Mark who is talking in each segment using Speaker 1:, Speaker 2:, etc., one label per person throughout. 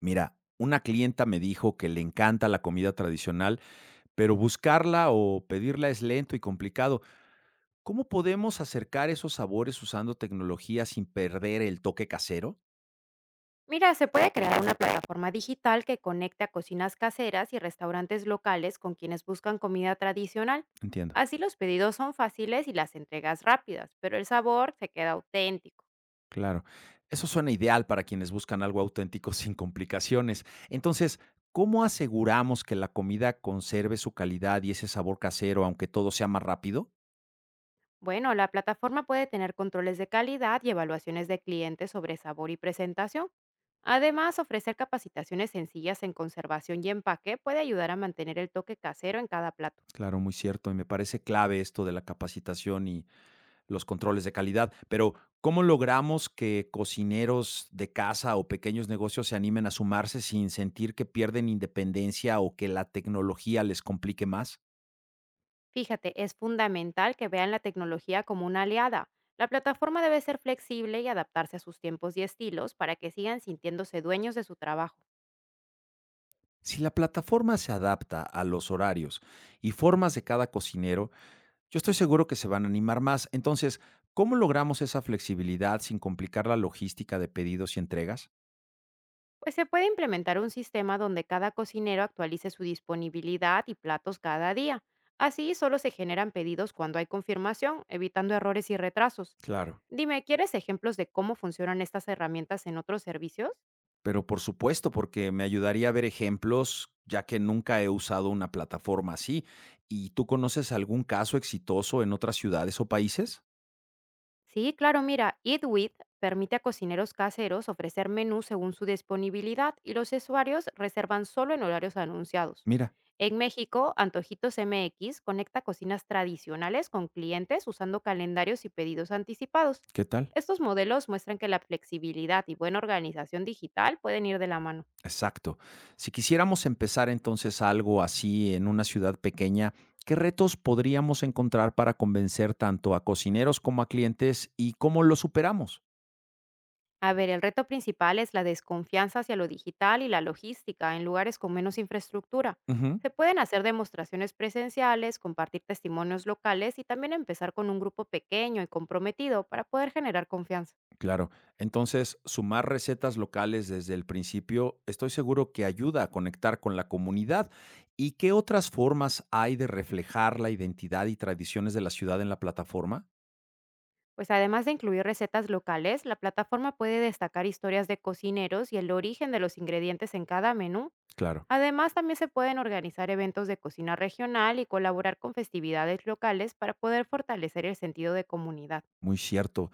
Speaker 1: Mira, una clienta me dijo que le encanta la comida tradicional, pero buscarla o pedirla es lento y complicado. ¿Cómo podemos acercar esos sabores usando tecnología sin perder el toque casero?
Speaker 2: Mira, se puede crear una plataforma digital que conecte a cocinas caseras y restaurantes locales con quienes buscan comida tradicional.
Speaker 1: Entiendo,
Speaker 2: Así los pedidos son fáciles y las entregas rápidas, pero el sabor se queda auténtico.
Speaker 1: claro. Eso suena ideal para quienes buscan algo auténtico sin complicaciones. Entonces, ¿cómo aseguramos que la comida conserve su calidad y ese sabor casero, aunque todo sea más rápido?
Speaker 2: Bueno, la plataforma puede tener controles de calidad y evaluaciones de clientes sobre sabor y presentación. Además, ofrecer capacitaciones sencillas en conservación y empaque puede ayudar a mantener el toque casero en cada plato.
Speaker 1: Claro, muy cierto. Y me parece clave esto de la capacitación, los controles de calidad, pero ¿cómo logramos que cocineros de casa o pequeños negocios se animen a sumarse sin sentir que pierden independencia o que la tecnología les complique más?
Speaker 2: Fíjate, es fundamental que vean la tecnología como una aliada. La plataforma debe ser flexible y adaptarse a sus tiempos y estilos para que sigan sintiéndose dueños de su trabajo.
Speaker 1: Si la plataforma se adapta a los horarios y formas de cada cocinero, yo estoy seguro que se van a animar más. Entonces, ¿cómo logramos esa flexibilidad sin complicar la logística de pedidos y entregas?
Speaker 2: Pues se puede implementar un sistema donde cada cocinero actualice su disponibilidad y platos cada día. Así solo se generan pedidos cuando hay confirmación, evitando errores y retrasos.
Speaker 1: Claro.
Speaker 2: Dime, ¿quieres ejemplos de cómo funcionan estas herramientas en otros servicios?
Speaker 1: Pero por supuesto, porque me ayudaría a ver ejemplos, ya que nunca he usado una plataforma así. ¿Y tú conoces algún caso exitoso en otras ciudades o países?
Speaker 2: Sí, claro, mira, Eat With permite a cocineros caseros ofrecer menús según su disponibilidad y los usuarios reservan solo en horarios anunciados.
Speaker 1: Mira,
Speaker 2: En México, Antojitos MX conecta cocinas tradicionales con clientes usando calendarios y pedidos anticipados.
Speaker 1: ¿qué tal?
Speaker 2: Estos modelos muestran que la flexibilidad y buena organización digital pueden ir de la mano.
Speaker 1: Exacto. Si quisiéramos empezar entonces algo así en una ciudad pequeña, ¿qué retos podríamos encontrar para convencer tanto a cocineros como a clientes y cómo lo superamos?
Speaker 2: A ver, el reto principal es la desconfianza hacia lo digital y la logística en lugares con menos infraestructura.
Speaker 1: Ujú.
Speaker 2: Se pueden hacer demostraciones presenciales, compartir testimonios locales y también empezar con un grupo pequeño y comprometido para poder generar confianza.
Speaker 1: Claro. Entonces, sumar recetas locales desde el principio, estoy seguro que ayuda a conectar con la comunidad. ¿Y qué otras formas hay de reflejar la identidad y tradiciones de la ciudad en la plataforma?
Speaker 2: Pues además de incluir recetas locales, la plataforma puede destacar historias de cocineros y el origen de los ingredientes en cada menú.
Speaker 1: Claro,
Speaker 2: Además, también se pueden organizar eventos de cocina regional y colaborar con festividades locales para poder fortalecer el sentido de comunidad.
Speaker 1: muy cierto.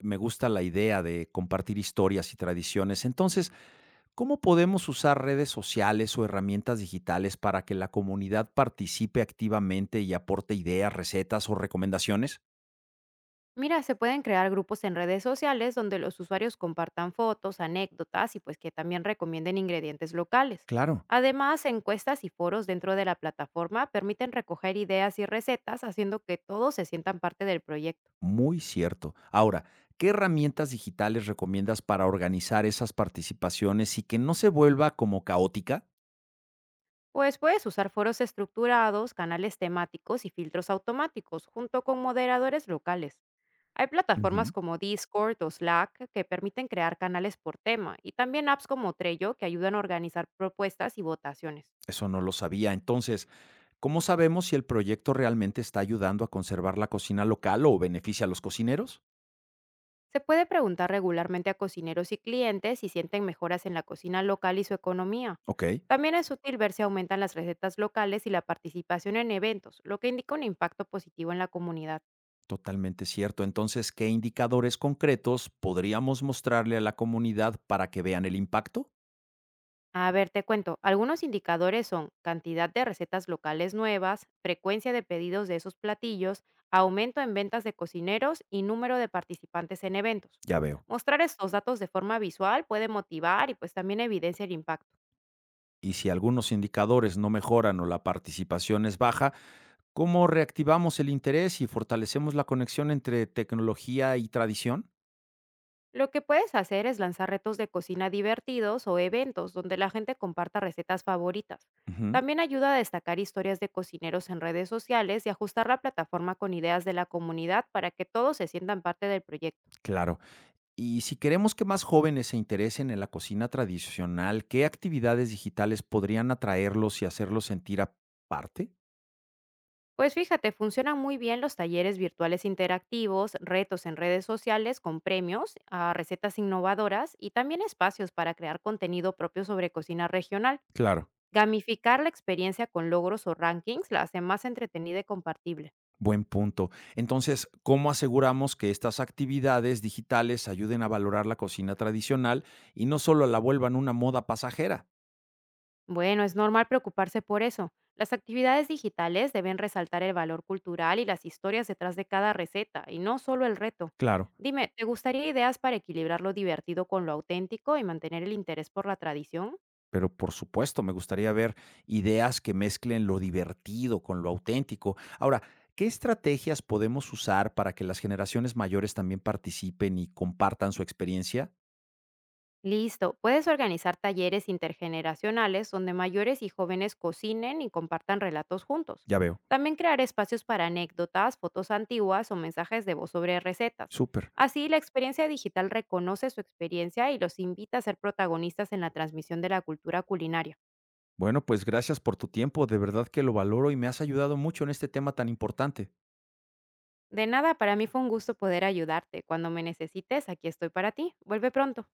Speaker 1: Me gusta la idea de compartir historias y tradiciones. Entonces, ¿cómo podemos usar redes sociales o herramientas digitales para que la comunidad participe activamente y aporte ideas, recetas o recomendaciones?
Speaker 2: Mira, se pueden crear grupos en redes sociales donde los usuarios compartan fotos, anécdotas y pues que también recomienden ingredientes locales.
Speaker 1: Claro.
Speaker 2: Además, encuestas y foros dentro de la plataforma permiten recoger ideas y recetas haciendo que todos se sientan parte del proyecto.
Speaker 1: Muy cierto. Ahora, ¿qué herramientas digitales recomiendas para organizar esas participaciones y que no se vuelva como caótica?
Speaker 2: Pues puedes usar foros estructurados, canales temáticos y filtros automáticos junto con moderadores locales. Hay
Speaker 1: Ujú.
Speaker 2: plataformas como Discord o Slack que permiten crear canales por tema y también apps como Trello que ayudan a organizar propuestas y votaciones.
Speaker 1: Eso no lo sabía. Entonces, ¿cómo sabemos si el proyecto realmente está ayudando a conservar la cocina local o beneficia a los cocineros?
Speaker 2: Se puede preguntar regularmente a cocineros y clientes si sienten mejoras en la cocina local y su economía.
Speaker 1: Ok.
Speaker 2: También es útil ver si aumentan las recetas locales y la participación en eventos, lo que indica un impacto positivo en la comunidad.
Speaker 1: Totalmente cierto. Entonces, ¿qué indicadores concretos podríamos mostrarle a la comunidad para que vean el impacto?
Speaker 2: A ver, te cuento, algunos indicadores son cantidad de recetas locales nuevas, frecuencia de pedidos de esos platillos, aumento en ventas de cocineros y número de participantes en eventos.
Speaker 1: Ya veo.
Speaker 2: Mostrar estos datos de forma visual puede motivar y pues también evidencia el impacto.
Speaker 1: Y si algunos indicadores no mejoran o la participación es baja, ¿cómo reactivamos el interés y fortalecemos la conexión entre tecnología y tradición?
Speaker 2: Lo que puedes hacer es lanzar retos de cocina divertidos o eventos donde la gente comparta recetas favoritas.
Speaker 1: Ujú,
Speaker 2: También ayuda a destacar historias de cocineros en redes sociales y ajustar la plataforma con ideas de la comunidad para que todos se sientan parte del proyecto.
Speaker 1: claro. Y si queremos que más jóvenes se interesen en la cocina tradicional, ¿qué actividades digitales podrían atraerlos y hacerlos sentir aparte?
Speaker 2: Pues fíjate, funcionan muy bien los talleres virtuales interactivos, retos en redes sociales con premios a recetas innovadoras y también espacios para crear contenido propio sobre cocina regional.
Speaker 1: Claro.
Speaker 2: Gamificar la experiencia con logros o rankings la hace más entretenida y compartible.
Speaker 1: Buen punto. Entonces, ¿cómo aseguramos que estas actividades digitales ayuden a valorar la cocina tradicional y no solo la vuelvan una moda pasajera?
Speaker 2: Bueno, es normal preocuparse por eso. Las actividades digitales deben resaltar el valor cultural y las historias detrás de cada receta, y no solo el reto.
Speaker 1: Claro.
Speaker 2: Dime, ¿te gustaría ideas para equilibrar lo divertido con lo auténtico y mantener el interés por la tradición?
Speaker 1: Pero por supuesto, me gustaría ver ideas que mezclen lo divertido con lo auténtico. Ahora, ¿qué estrategias podemos usar para que las generaciones mayores también participen y compartan su experiencia?
Speaker 2: Listo, puedes organizar talleres intergeneracionales donde mayores y jóvenes cocinen y compartan relatos juntos.
Speaker 1: Ya veo.
Speaker 2: También crear espacios para anécdotas, fotos antiguas o mensajes de voz sobre recetas.
Speaker 1: Súper.
Speaker 2: Así, la experiencia digital reconoce su experiencia y los invita a ser protagonistas en la transmisión de la cultura culinaria.
Speaker 1: Bueno, pues gracias por tu tiempo. De verdad que lo valoro y me has ayudado mucho en este tema tan importante.
Speaker 2: De nada, para mí fue un gusto poder ayudarte. Cuando me necesites, aquí estoy para ti. Vuelve pronto.